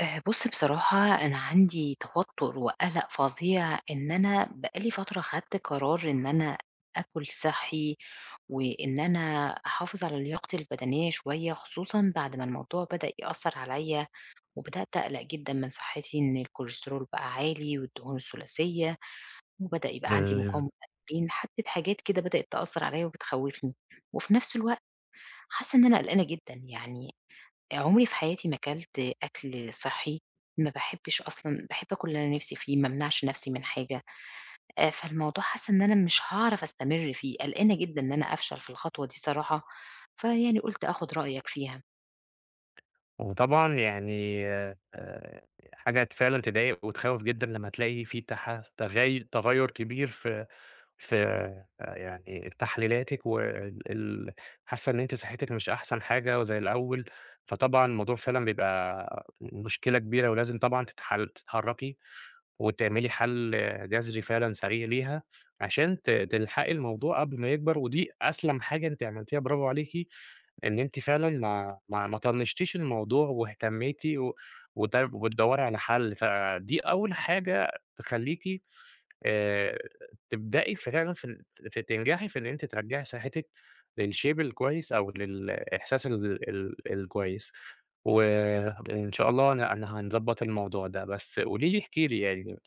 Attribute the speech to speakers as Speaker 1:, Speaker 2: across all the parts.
Speaker 1: بُص، بصراحة أنا عندي توتُّر وقَلَق فظيع. إن أنا بقى لي فترة خدت قرار إن أنا آكُل صحّي، وإن أنا أحافظ على لياقتي البدنية شوية، خصوصًا بعد ما الموضوع بدأ يأثّر عليّا وبدأت أقلق جدًا من صحّتي، إن الكوليسترول بقى عالي والدهون الثلاثية وبدأ يبقى عندي
Speaker 2: إمم،
Speaker 1: مقاومة أنسولين، حبّة حاجات كده بدأت تأثّر عليّا وبتخوّفني، وفي نَفْس الوقت حاسّة إن أنا قلقانة جدًا، يعني عمري في حياتي ما اكلت أكل صحّي، ما باحبش أصلًا، باحب آكل اللي أنا نِفْسي فيه، ما امنعش نَفْسي من حاجة، فالموضوع حاسة إن أنا مش هاعرف أستمر فيه، قلقانة جدًا إن أنا أفشل في الخطوة دي صراحة، فيعني قُلت آخُد رأيك فيها.
Speaker 2: وطبعًا يعني حاجة فعلًا تضايق وتخوّف جدًا لمّا تلاقي في تح تغي تغيُّر كبير في في آه، يعني تحليلاتِك وال ال حاسة إن أنتِ صحتِك مش أحسن حاجة وزي الأول، فطبعًا الموضوع فعلًا بيبقى مشكلة كبيرة ولازم طبعًا تتحرّكي وتعملي حَل جذري فعلًا سريع ليها عشان تلحقي الموضوع قبل ما يكبر، ودي أسلم حاجة أنتِ عملتيها، برافو عليكِ إن أنتِ فعلًا ما طنشتيش الموضوع واهتميتِ و وت وتدوّري على حل، فدي أول حاجة تخلّيكِ آآ تبدئي فعلًا في ال ت تنجحي في إن أنتِ ترجّعي صحتِك للshape الكويس أو للإحساس ال ال الكويس، وإن شاء الله أنا هنضبّط الموضوع ده، بس قولي لي، احكي لي يعني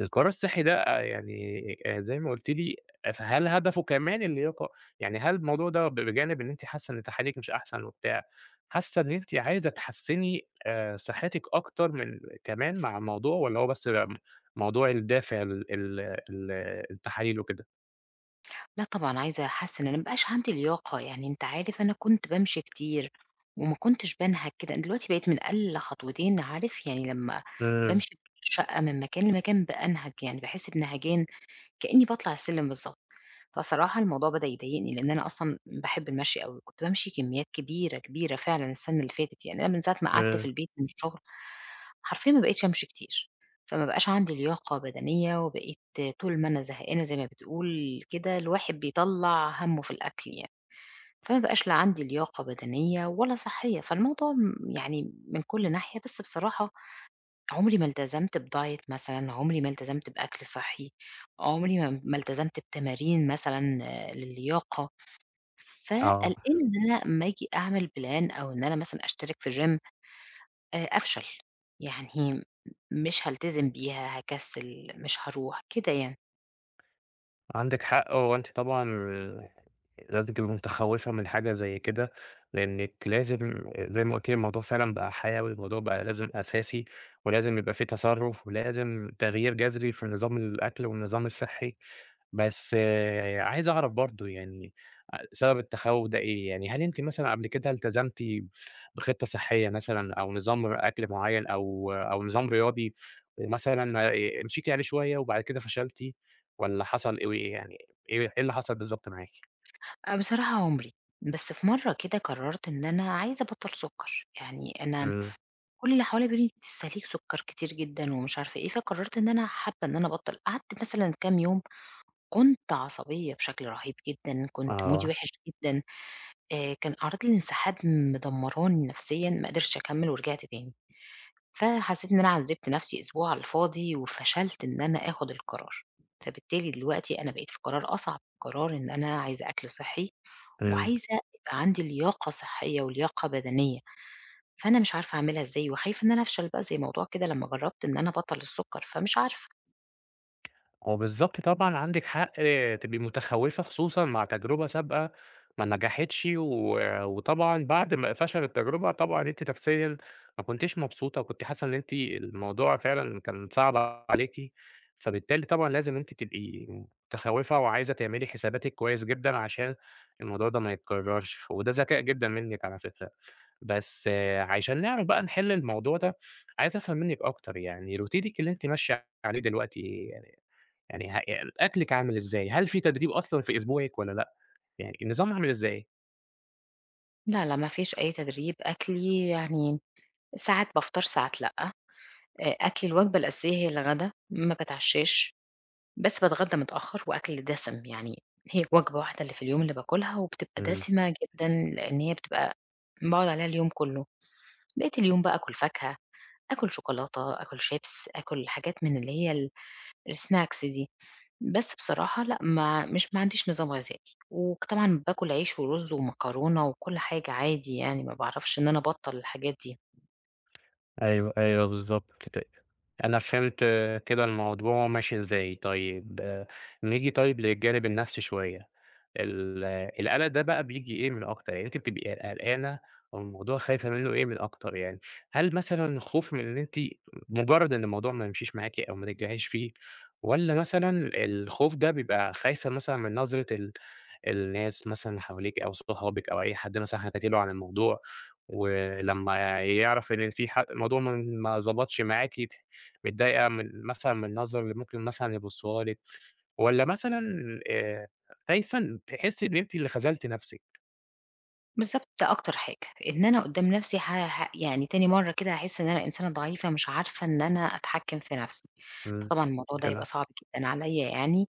Speaker 2: القرار الصحّي ده يعني زي ما قُلتِ لي آه، فهل هدفه كمان اللياقة؟ يعني هل الموضوع ده بجانب إن أنتِ حاسّة إن تحاليلِك مش أحسن وبتاع، حاسّة إن أنتِ عايزة تحسّني صحتِك أكتر من كمان مع الموضوع، والّا هو بس بقى موضوع الدافع ال ال ال التحاليل وكده؟
Speaker 1: لأ طبعًا عايزة أحسّن، أنا ما بقاش عندي لياقة، يعني أنت عارف أنا كنت بامشي كتير وما كنتش بانهَك كده، دلوقتي بقيت من أقل خطوتين عارف يعني لمّا
Speaker 2: إمم.
Speaker 1: بامشي في الشقة من مكان لمكان بانهَك، يعني باحس بنهجان كإنّي باطلع السلِّم بالضبط. فصراحة الموضوع بدأ يضايقني، لإن أنا أصلًا باحب المشي أوي، كنت بامشي كميات كبيرة، كبيرة فعلًا السنة اللي فاتت، يعني أنا من ساعة ما قعدت في
Speaker 2: إمم.
Speaker 1: البيت من الشغل، حرفيًا ما بقيتش أمشي كتير، فما بقاش عندي لياقة بدنية، وبقيت طول ما أنا زهقانة زي ما بتقول كده، الواحد بيطلّع هَمُّه في الأكل يعني، فما بقاش لا عندي لياقة بدنية ولا صحية، فالموضوع يعني من كل ناحية، بس بصراحة عمري ما التزمت بdiet مثلًا، عمري ما التزمت بأكل صحّي، عمري ما التزمت بتمارين مثلًا، آه، للياقة،
Speaker 2: آه.
Speaker 1: فقلقانة إن أنا أمّا آجي أعمل plan أو إن أنا مثلًا أشترك في gym أفشل، يعني مش هالتزم بيها، هاكسّل، مش هاروح، كده يعني.
Speaker 2: عندِك حق، هو أنتِ طبعًا لازم تبقي متخوّفة من حاجة زي كده، لإنِّك لازم، زي ما قُلتِ لي الموضوع فعلًا بقى حيوي، الموضوع بقى لازم أساسي، ولازم يبقى في تصرُّف، ولازم تغيير جذري في نظام الأكل والنظام الصحّي. بس آه، عايز أعرف برضه يعني سبب التخوّف ده إيه؟ يعني هل أنتِ مثلًا قبل كده التزمتِ بخطة صحّية مثلًا أو نظام أكل معيّن أو نظام رياضي ومثلًا مشيتِ عليه شوية وبعد كده فشلتِ، والّا حصل إيه يعني، إيه اللي حصل بالضبط معاكِ؟
Speaker 1: أ بصراحة عمري، بس في مرّة كده قررت إن أنا عايزة أبطّل سُكّر، يعني أنا
Speaker 2: إمم.
Speaker 1: كل اللي حواليّا بيقولوا لي: "أنتِ بتستهلكي سُكّر كتير جدًا." ومش عارفة إيه، فقررت إن أنا حابة إن أنا أبطّل. قعدت مثلًا كام يوم كنت عصبية بشكل رهيب جدًا، كنت مودي
Speaker 2: آه.
Speaker 1: وِحِش جدًا، كان أعراض الانسحاب مدمّراني نفسيًا، ما قدرتش أكمّل ورجعت تاني، فحسّيت إن أنا عذّبت نفسي أسبوع على الفاضي وفشلت إن أنا آخُد القرار، فبالتالي دلوقتي أنا بقيت في قرار أصعب، قرار إن أنا عايزة أكل صحّي
Speaker 2: إمم.
Speaker 1: وعايزة يبقى عندي لياقة صحّية ولياقة بدنية، فأنا مش عارفة أعملها إزاي وخايفة إن أنا أفشل بقى زي موضوع كده لمّا جرّبت إن أنا أبطّل السُكّر، فمش عارفة.
Speaker 2: هو بالضبط طبعًا عندِك حق آه، تبقي متخوّفة خصوصًا مع تجربة سابقة ما نجحتش، وطبعًا بعد ما فشلت التجربة طبعًا أنتِ نفسيًا ما كنتيش مبسوطة، وكنتِ حاسة إن أنتِ الموضوع فعلًا كان صعب عليكِ، فبالتالي طبعًا لازم أنتِ تبقي متخوّفة وعايزة تعملي حساباتِك كويس جدًا عشان الموضوع ده ما يتكررش، وده ذكاء جدًا منِّك على فكرة. بس آه، عشان نعرف بقى نحل الموضوع ده، عايز أفهم منِّك أكتر يعني روتينِك اللي أنتِ ماشية عليه دلوقتي، يعني ه يعني أكلِك عامل إزاي؟ هل في تدريب أصلًا في أسبوعِك والّا لأ؟ يعني النظام عامل إزاي؟
Speaker 1: لا ما فيش أي تدريب، أكلي يعني ساعات بافطر، ساعات لأ. أكلي الوجبة الأساسية هي الغدا، ما باتعشاش، بس باتغدى متأخر وأكل دسم، يعني هي وجبة واحدة اللي في اليوم اللي باكلها وبتبقى
Speaker 2: إمم.
Speaker 1: دسمة جدًا، لإن هي بتبقى باقعد عليها اليوم كله، بقية اليوم بقى آكل فاكهة، آكل شوكولاتة، آكل شيبس، آكل حاجات من اللي هي الsnacks دي، بس بصراحة لأ، ما عنديش نظام غذائي، وطبعًا باكل عيش ورز ومكرونة وكل حاجة عادي يعني، ما باعرفش إن أنا أبطّل الحاجات دي.
Speaker 2: أيوه، أيوه بالضبط كده. أنا فهمت آه، كده الموضوع ماشي إزاي. طيب آه، نيجي طيب للجانب النفسي شوية. آه، القلق ده بقى بييجي إيه من أكتر؟ يعني أنتِ بتبقي قلقانة أو الموضوع خايفة منّه إيه من أكتر يعني؟ هل مثلًا الخوف من إن أنتِ مجرّد إن الموضوع ما يمشيش معاكِ أو ما تنجحيش فيه، والّا مثلًا الخوف ده بيبقى خايفة مثلًا من نظرة الناس مثلًا اللي حواليكِ أو صحابِك أو أي حد مثلًا حكيتِ له عن الموضوع، ولمّا يعرف إن في الموضوع ما ضبطش معاكِ، متضايقة من مثلًا من النظرة اللي ممكن مثلًا يبصّوها لِك، والّا مثلًا آآ خايفة إن تحسّي إن أنتِ اللي خذلتِ نفسِك؟
Speaker 1: بالضبط، ده أكتر حاجة، إن أنا قدّام نَفْسي ه ه يعني تاني مرّة كده هاحس إن أنا إنسانة ضعيفة مش عارفة إن أنا أتحكّم في نَفْسي،
Speaker 2: إمم.
Speaker 1: فطبعًا الموضوع ده هيبقى
Speaker 2: كده.
Speaker 1: صعب جدًا عليّا يعني،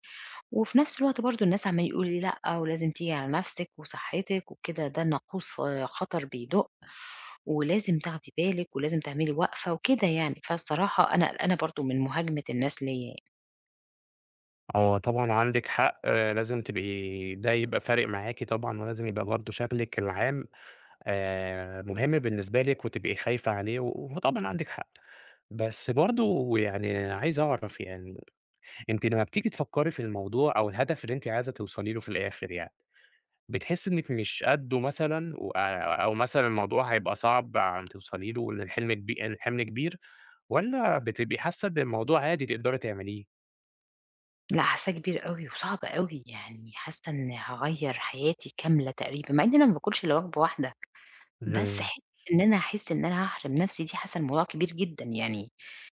Speaker 1: وفي نَفْس الوقت برضه الناس عمّالين يقولوا لي: "لأ، ولازم تيجي على نَفْسِك وصحّتِك وكده، ده ناقوس، آه، خطر بيدُق، ولازم تاخدي بالِك ولازم تعملي وقفة." وكده يعني، فبصراحة أنا قلقانة برضه من مهاجمة الناس ليّا يعني.
Speaker 2: هو طبعًا عندِك حق، آه، لازم تبقي، ده يبقى فارق معاكِ طبعًا، ولازم يبقى برضه شكلِك العام مهم بالنسبة لِك وتبقي خايفة عليه، و- وطبعًا عندِك حق. بس برضه يعني عايز أعرف يعني أنتِ لمّا بتيجي تفكّري في الموضوع أو الهدف اللي أنتِ عايزة توصلي له في الآخر يعني، بتحسّي إنِّك مش قدّه مثلًا و أو مثلًا الموضوع هيبقى صعب عم توصلي له، وإن الحلم كبي الحِمل كبير، والّا بتبقي حاسّة إن الموضوع عادي تقدري تعمليه؟
Speaker 1: لأ حاسّاه كبير أوي وصعب أوي، يعني حاسّة إن هاغيّر حياتي كاملة تقريبًا، مع إن أنا ما باكلش إلا وجبة واحدة. بس
Speaker 2: إمم.
Speaker 1: حتّة إن أنا أحس إن أنا هاحرم نفسي دي، حاسة الموضوع كبير جدًا يعني،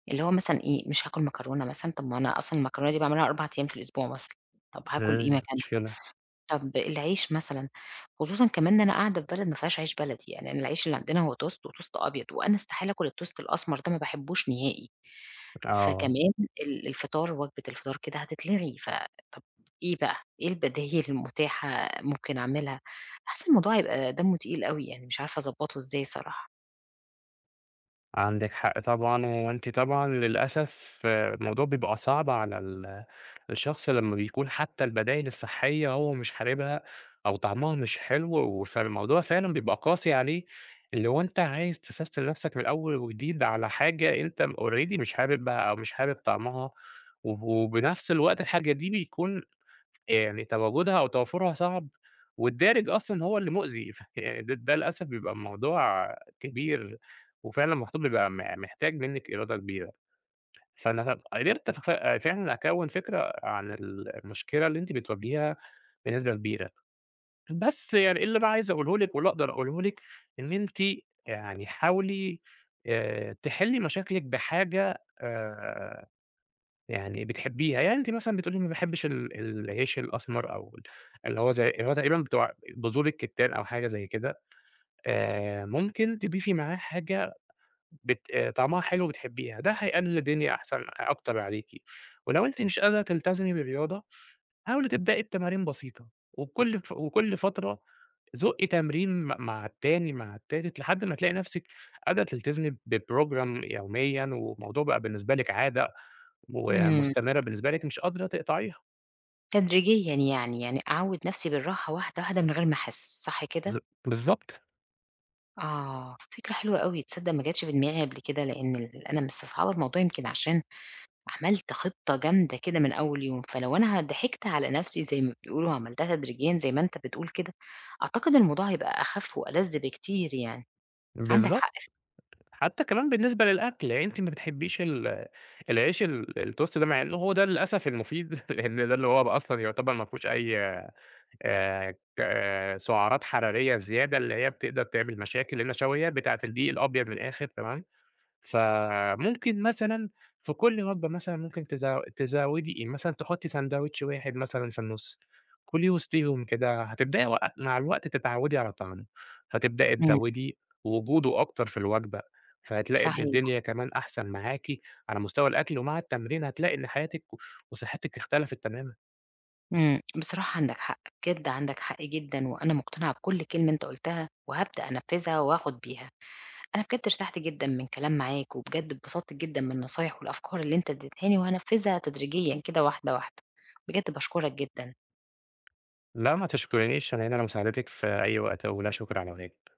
Speaker 1: اللي هو مثلًا إيه، مش هاكل مكرونة مثلًا، طب ما أنا أصلًا المكرونة دي باعملها 4 أيام في الأسبوع مثلًا، طب هاكل إيه
Speaker 2: إمم.
Speaker 1: مكانها؟
Speaker 2: مشكلة.
Speaker 1: طب العيش مثلًا، خصوصًا كمان إن أنا قاعدة في بلد ما فيهاش عيش بلدي، يعني أنا العيش اللي عندنا هو توست وتوست أبيض، وأنا استحالة آكل التوست الأسمر ده، ما باحبوش نهائي،
Speaker 2: آه،
Speaker 1: فكمان الفطار، وجبة الفطار كده هتتلغي، فطب إيه بقى، إيه البدايل المتاحة ممكن أعملها؟ حاسة الموضوع هيبقى دمه تقيل أوي يعني، مش عارفة أضبّطه إزاي صراحة.
Speaker 2: عندِك حق طبعًا، هو أنتِ طبعًا للأسف آه، الموضوع بيبقى صعب على الشخص لمّا بيكون حتى البدايل الصحية هو مش حاببها أو طعمها مش حلو، فالموضوع فعلًا بيبقى قاسي عليه، اللي هو أنت عايز تسَستِل نَفْسك من أول وجديد على حاجة أنت already مش حاببها أو مش حابب طعمها، وبنَفْس الوقت الحاجة دي بيكون يعني تواجدها أو توافرها صعب، والدارج أصلًا هو اللي مؤذي، ف يعني ده للأسف بيبقى الموضوع كبير، وفعلًا المفروض بيبقى محتاج منِّك إرادة كبيرة، فأنا قدرت فعلًا أكوّن فكرة عن المشكلة اللي أنتِ بتواجهيها بنسبة كبيرة، بس يعني اللي أنا عايز أقوله لِك واللي أقدر أقوله لِك، إن أنتِ يعني حاولي تحلّي مشاكلِك بحاجة يعني بتحبيها، يعني أنتِ مثلًا بتقولي ما باحبش العيش الأسمر أو اللي هو زي اللي هو تقريبًا بتوع بذور الكتان أو حاجة زي كده، ممكن تضيفي معاه حاجة بت طعمها حلو بتحبيها، ده هيقلل الدنيا أحسن أكتر عليكِ، ولو أنتِ مش قادرة تلتزمي بالرياضة، حاولي تبدئي بتمارين بسيطة، وبكل ف وكل فترة زُقي تمرين مع التاني، مع التالت، لحد ما تلاقي نفسِك قادرة تلتزمي بprogram يوميًا، والموضوع بقى بالنسبة لِك عادة،
Speaker 1: إمم،
Speaker 2: ومستمرة بالنسبة لِك مش قادرة تقطعيها.
Speaker 1: تدريجيًا يعني، يعني أعوّد نفْسي بالراحة، واحدة واحدة، من غير ما أحس، صح كده؟
Speaker 2: ب بالضبط.
Speaker 1: آه، فكرة حلوة أوي، تصدّق ما جاتش في دماغي قبل كده، لإن أنا مستصعبة الموضوع يمكن عشان عملت خطة جامدة كده من أول يوم، فلو أنا ضحكت على نفْسي زي ما بيقولوا وعملتها تدريجيًا زي ما أنت بتقول كده، أعتقد الموضوع هيبقى أخف وألَذ بكتير يعني، عندك
Speaker 2: بالضبط.
Speaker 1: حق. ف
Speaker 2: حتى كمان بالنسبة للأكل، يعني أنتِ ما بتحبّيش العيش الToast ده مع إنه هو ده للأسف المفيد، لإن ده اللي هو بقى أصلًا يعتبر ما فيهوش أي ك آه، سعرات حرارية زيادة اللي هي بتقدر تعمل مشاكل، النشويات بتاعة الدقيق الأبيض من الآخر، تمام؟ فممكن مثلًا في كل وجبة مثلًا ممكن تزوّدي إيه؟ مثلًا تحطّي ساندوتش واحد مثلًا في النُص، كُلي وسطيهم كده، هتبدئي مع الوقت تتعوّدي على طعمه، فتبدئي
Speaker 1: إمم،
Speaker 2: تزوّدي وجوده أكتر في الوجبة، فهتلاقي إن
Speaker 1: صحيح،
Speaker 2: الدنيا كمان أحسن معاكِ على مستوى الأكل، ومع التمرين هتلاقي إن حياتِك وصحتِك اختلفت تمامًا.
Speaker 1: إمم، بصراحة عندك حق، بجد عندك حق جدًا، وأنا مقتنعة بكُلّ كلمة أنت قُلتها، وهابدأ أنفّذها وآخد بيها. أنا بجد ارتحت جدًا من الكلام معاك، وبجد اتبسطت جدًا من النصايح والأفكار اللي أنت اديتهاني، وهانفذها تدريجيًا كده واحدة واحدة. بجد باشكرك جدًا.
Speaker 2: لا ما تشكرنيش، أنا هنا لمساعدتِك في أي وقت، ولا شكر على واجب.